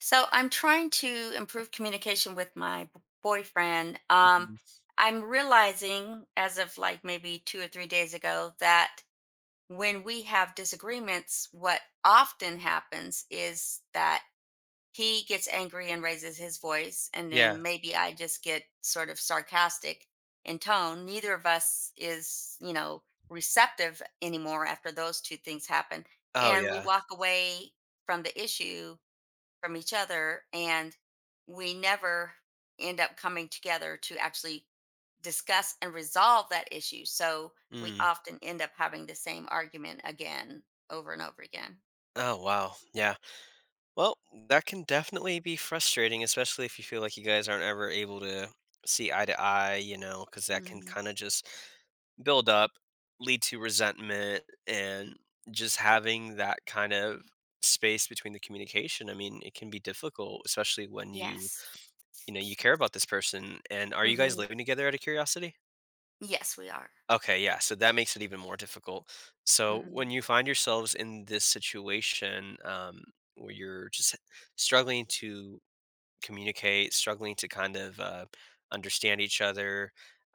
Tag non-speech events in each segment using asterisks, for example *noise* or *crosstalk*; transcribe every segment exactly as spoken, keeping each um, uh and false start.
So I'm trying to improve communication with my b- boyfriend. Um, Mm. I'm realizing as of like maybe two or three days ago that when we have disagreements, what often happens is that he gets angry and raises his voice, and Yeah. then maybe I just get sort of sarcastic in tone. Neither of us is, you know, receptive anymore after those two things happen. Oh, And we yeah. walk away from the issue, from each other, and we never end up coming together to actually discuss and resolve that issue, so we Mm. often end up having the same argument again over and over again. Oh, wow. Yeah. Well, that can definitely be frustrating, especially if you feel like you guys aren't ever able to see eye to eye, you know, because that can hmm kind of just build up, lead to resentment, and just having that kind of space between the communication. I mean, it can be difficult, especially when you, yes. you know, you care about this person. And are you guys hmm living together out of curiosity? yes, we are. Okay, yeah, so that makes it even more difficult. So when hmm you find yourselves in this situation um, where you're just struggling to communicate, struggling to kind of uh, understand each other,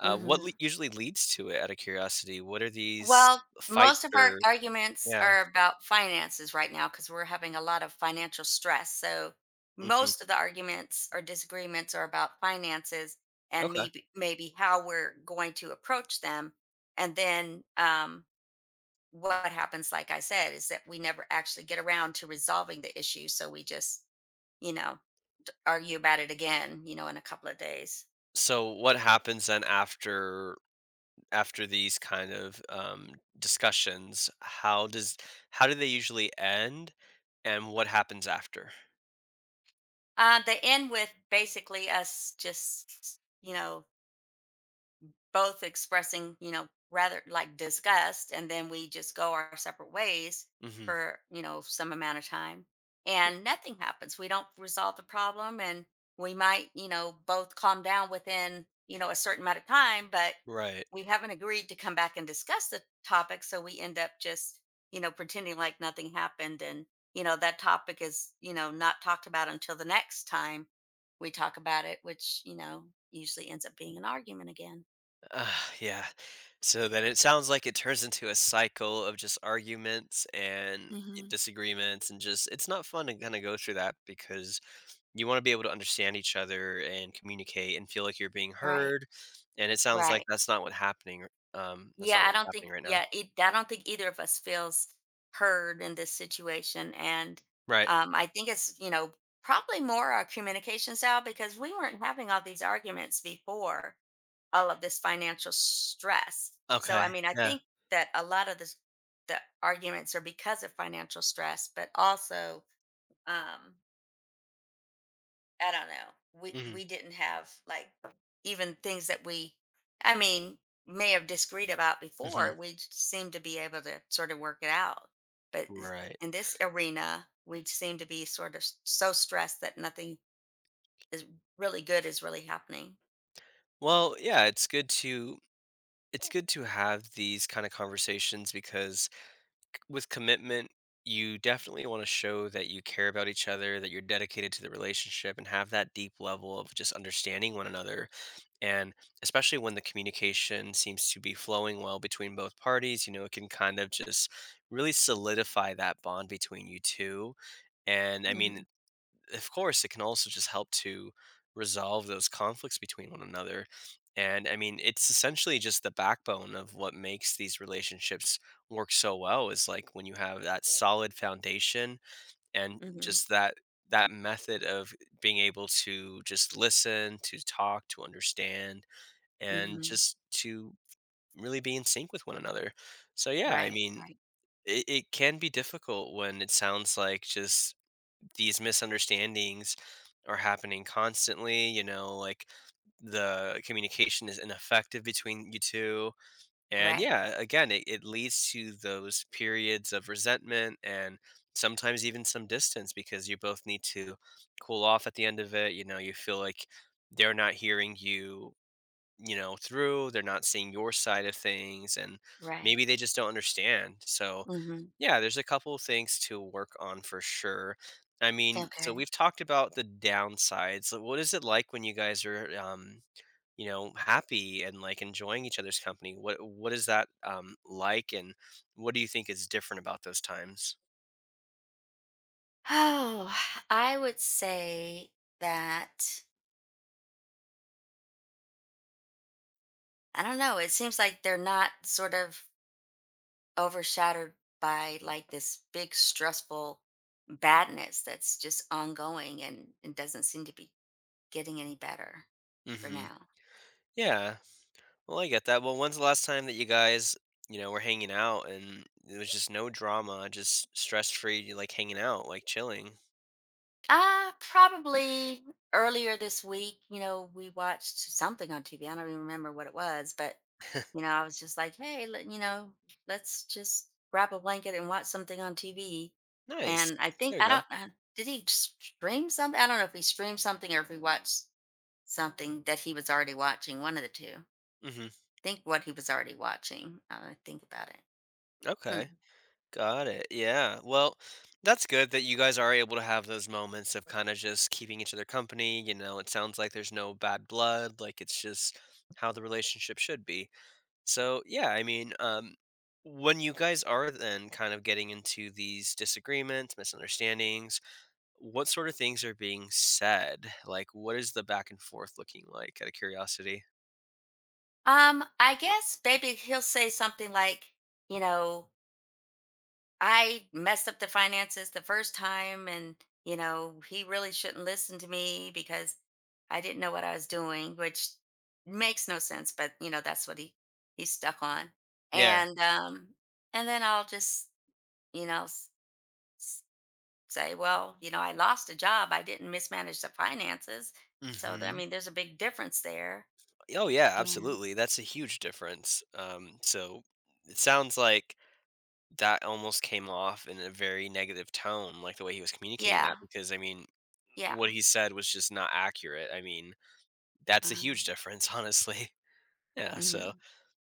uh, what le- hmm usually leads to it? Out of curiosity, what are these Well, most fights of our or arguments yeah? are about finances right now because we're having a lot of financial stress. So Hmm. most of the arguments or disagreements are about finances and Okay. maybe maybe how we're going to approach them. And then um, what happens, like I said, is that we never actually get around to resolving the issue. So we just, you know, d- argue about it again, you know, in a couple of days. So what happens then after after these kind of um, discussions? How does how do they usually end, and what happens after? Uh, they end with basically us just, you know, both expressing, you know, rather like disgust, and then we just go our separate ways Mm-hmm. for, you know, some amount of time, and nothing happens. We don't resolve the problem, and we might, you know, both calm down within, you know, a certain amount of time, but Right. we haven't agreed to come back and discuss the topic. So we end up just, you know, pretending like nothing happened. And, you know, that topic is, you know, not talked about until the next time we talk about it, which, you know, usually ends up being an argument again. Ah, yeah. So then it sounds like it turns into a cycle of just arguments and Mhm. disagreements, and just it's not fun to kind of go through that because you want to be able to understand each other and communicate and feel like you're being Right. heard. And it sounds like Right. that's not what happening. Um, that's not Yeah, I what's don't happening think right now. yeah, it I don't think either of us feels heard in this situation. And Right. um I think it's, you know, probably more our communication style, because we weren't having all these arguments before all of this financial stress. So I Okay. mean, I Yeah. think that a lot of this the arguments are because of financial stress, but also um I don't know. We Hmm. we didn't have like even things that we, I mean, may have disagreed about Hmm. before. We j- seemed to be able to sort of work it out, but s- Right. in this arena, we seem to be sort of s- so stressed that nothing is really good is really happening. Well, yeah, it's good to it's good to have these kind of conversations because with commitment, you definitely want to show that you care about each other, that you're dedicated to the relationship, and have that deep level of just understanding one another. And especially when the communication seems to be flowing well between both parties, you know, it can kind of just really solidify that bond between you two. And I mean, hmm of course it can also just help to resolve those conflicts between one another, and I mean it's essentially just the backbone of what makes these relationships work so well is like when you have that solid foundation and hmm just that that method of being able to just listen, to talk, to understand, and hmm just to really be in sync with one another. So yeah, I Right. mean, Right. it, it can be difficult when it sounds like just these misunderstandings are happening constantly, you know, like the communication is ineffective between you two. And Right. yeah, again, it, it leads to those periods of resentment and sometimes even some distance because you both need to cool off at the end of it. You know, you feel like they're not hearing you, you know, through, they're not seeing your side of things, and Right. maybe they just don't understand. So, hmm yeah, there's a couple of things to work on for sure. I mean, so Okay. we've talked about the downsides. So what is it like when you guys are um, you know, happy and like enjoying each other's company? What what is that um like, and what do you think is different about those times? Oh, I would say that I don't know. It seems like they're not sort of overshadowed by like this big stressful badness that's just ongoing and, and doesn't seem to be getting any better for Mhm. now. Yeah. Well, I get that. Well, when's the last time that you guys, you know, were hanging out and there was just no drama, just stress free, like hanging out, like chilling? Uh, probably earlier this week, you know, we watched something on T V. I don't even remember what it was, but *laughs* you know, I was just like, hey, let, you know, let's just wrap a blanket and watch something on T V. Nice. And I think There you I go. don't uh, did he stream something? I don't know if he streamed something or if he watched something that he was already watching. One of the two. I Hmm. think what he was already watching. I think about it. Okay. Hmm. Got it. Yeah. Well, that's good that you guys are able to have those moments of kind of just keeping each other company. You know, it sounds like there's no bad blood. Like it's just how the relationship should be. So, yeah, I mean, um, when you guys are then kind of getting into these disagreements, misunderstandings, what sort of things are being said? Like, what is the back and forth looking like out of curiosity? Um, I guess maybe he'll say something like, you know, I messed up the finances the first time, and you know, he really shouldn't listen to me because I didn't know what I was doing, which makes no sense, but you know, that's what he he's stuck on. Yeah. And um and then I'll just, you know, s- s- say, well, you know, I lost a job. I didn't mismanage the finances. So th- I Mhm. mean, there's a big difference there. Oh, yeah, Yeah. absolutely. That's a huge difference. Um, so it sounds like that almost came off in a very negative tone, like the way he was communicating Yeah. that, because I mean, Yeah. what he said was just not accurate. I mean, that's a Uh, huge difference, *laughs* honestly. Yeah, so mhm.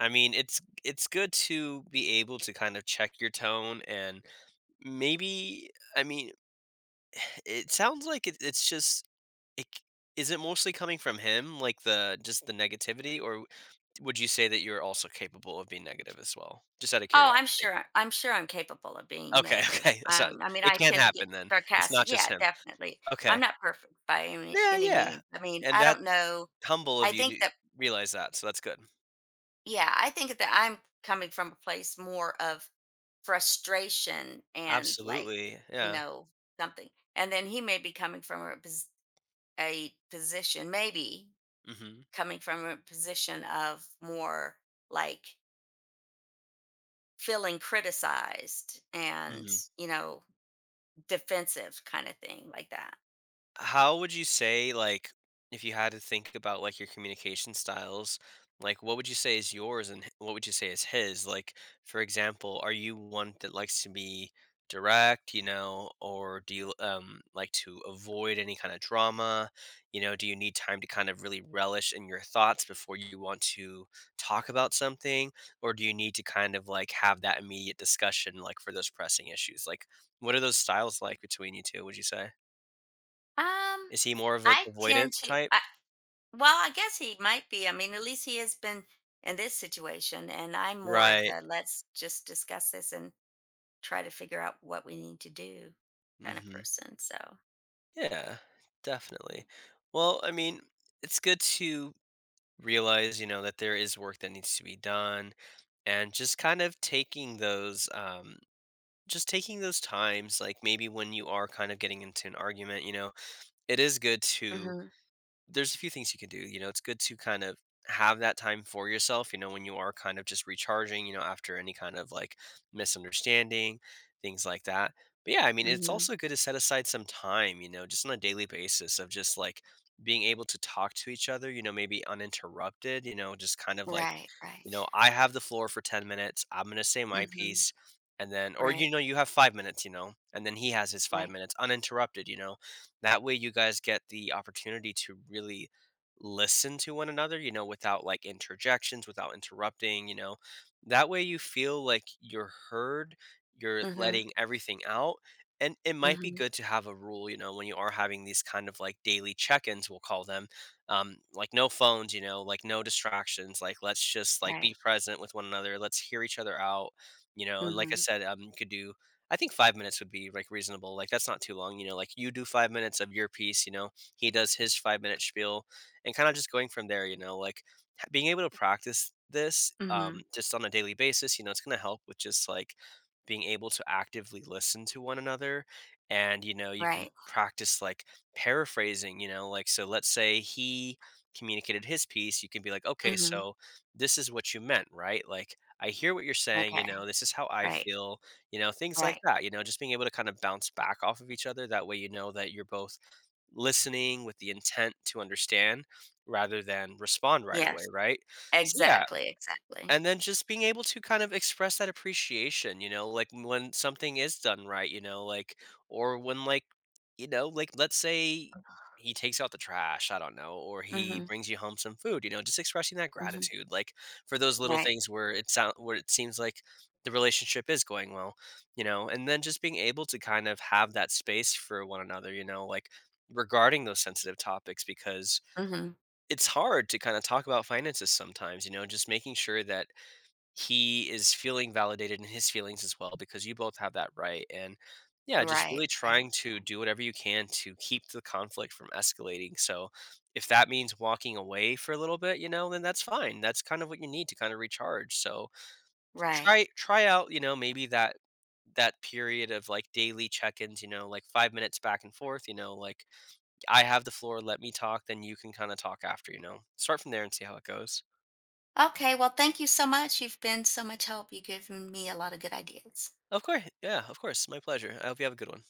I mean, it's it's good to be able to kind of check your tone and maybe I mean, it sounds like it it's just it c is it mostly coming from him, like, the just the negativity, or w- would you say that you're also capable of being negative as well? Just out of Oh, I'm curiosity. sure I'm sure I'm capable of being Okay, *laughs* negative. okay, so Um, I mean, it I can tend to get happen then, it's not sarcastic. just Yeah, him. definitely. I'm Okay. not perfect by any, Yeah, any yeah, means. I mean, and I that's don't know. humble of I you to think that, realize that, so that's good. yeah, I think that I'm coming from a place more of frustration and like, Absolutely, you yeah. know, something. And then he may be coming from a, pos- a position, maybe Mhm, coming from a position of more like feeling criticized and, mhm. you know, defensive kind of thing like that. How would you say, like, if you had to think about like your communication styles, like what would you say is yours, and h- what would you say is his? Like, for example, are you one that likes to be direct, you know, or do you um like to avoid any kind of drama? You know, do you need time to kind of really relish in your thoughts before you want to talk about something? Or do you need to kind of like have that immediate discussion like for those pressing issues? Like, what are those styles like between you two, would you say? Um, Is he more of an I avoidant tend to. type? I, well, I guess he might be. I mean, at least he has been in this situation, and I'm more of Right. the let's just discuss this and try to figure out what we need to do kind of Mhm. person. So, Yeah, definitely. Well, I mean, it's good to realize, you know, that there is work that needs to be done, and just kind of taking those um just taking those times like maybe when you are kind of getting into an argument, you know, it is good to mhm, there's a few things you can do. You know, it's good to kind of have that time for yourself, you know, when you are kind of just recharging, you know, after any kind of like misunderstanding, things like that. But yeah, I mean, it's mhm, also good to set aside some time, you know, just on a daily basis of just like being able to talk to each other, you know, maybe uninterrupted, you know, just kind of like, right, right. you know, I have the floor for ten minutes. I'm going to say my Mhm. piece. And then, or, you Right, know, you have five minutes, you know, and then he has his five right. minutes uninterrupted, you know, that way you guys get the opportunity to really listen to one another, you know, without like interjections, without interrupting, you know. That way you feel like you're heard, you're Mhm, letting everything out. And it might be mhm, good to have a rule, you know, when you are having these kind of like daily check ins, we'll call them, um, like no phones, you know, like no distractions, like let's just like be right. present with one another, let's hear each other out, you know, and like I Mhm, said, um, you could do I think five minutes would be, like, reasonable, like, that's not too long, you know, like, you do five minutes of your piece, you know, he does his five-minute spiel, and kinda just going from there, you know, like, h being able to practice this, um, mhm, just on a daily basis, you know, it's gonna help with just, like, being able to actively listen to one another, and, you know, you can right. practice, like, paraphrasing, you know, like, so let's say he communicated his piece, you can be like, "Okay, Mhm. so this is what you meant, right? Like, I hear what you're saying, you Okay, know, this is how I right, feel," you know, things like right. that, you know, just being able to kind of bounce back off of each other. That way, you know that you're both listening with the intent to understand rather than respond right away, Yes, right? So, yeah, exactly, exactly. and then just being able to kind of express that appreciation, you know, like when something is done right, you know, like or when like, you know, like let's say he takes out the trash, I don't know, or he Mhm, brings you home some food, you know, just expressing that mhm, gratitude like for those little right. things where it sound where it seems like the relationship is going well, you know, and then just being able to kind of have that space for one another, you know, like regarding those sensitive topics, because Mhm. it's hard to kind of talk about finances sometimes, you know, just making sure that he is feeling validated in his feelings as well because you both have that right. And yeah, just really Right, right, trying to do whatever you can to keep the conflict from escalating. So if that means walking away for a little bit, you know, then that's fine, that's kind of what you need to kind of recharge. So right. try try out, you know, maybe that that period of like daily check-ins, you know, like five minutes back and forth, you know, like I have the floor, let me talk, then you can kind of talk after, you know, start from there and see how it goes. Okay, well, thank you so much. You've been so much help. You've given me a lot of good ideas. Of course, yeah, of course, my pleasure, I hope you have a good one.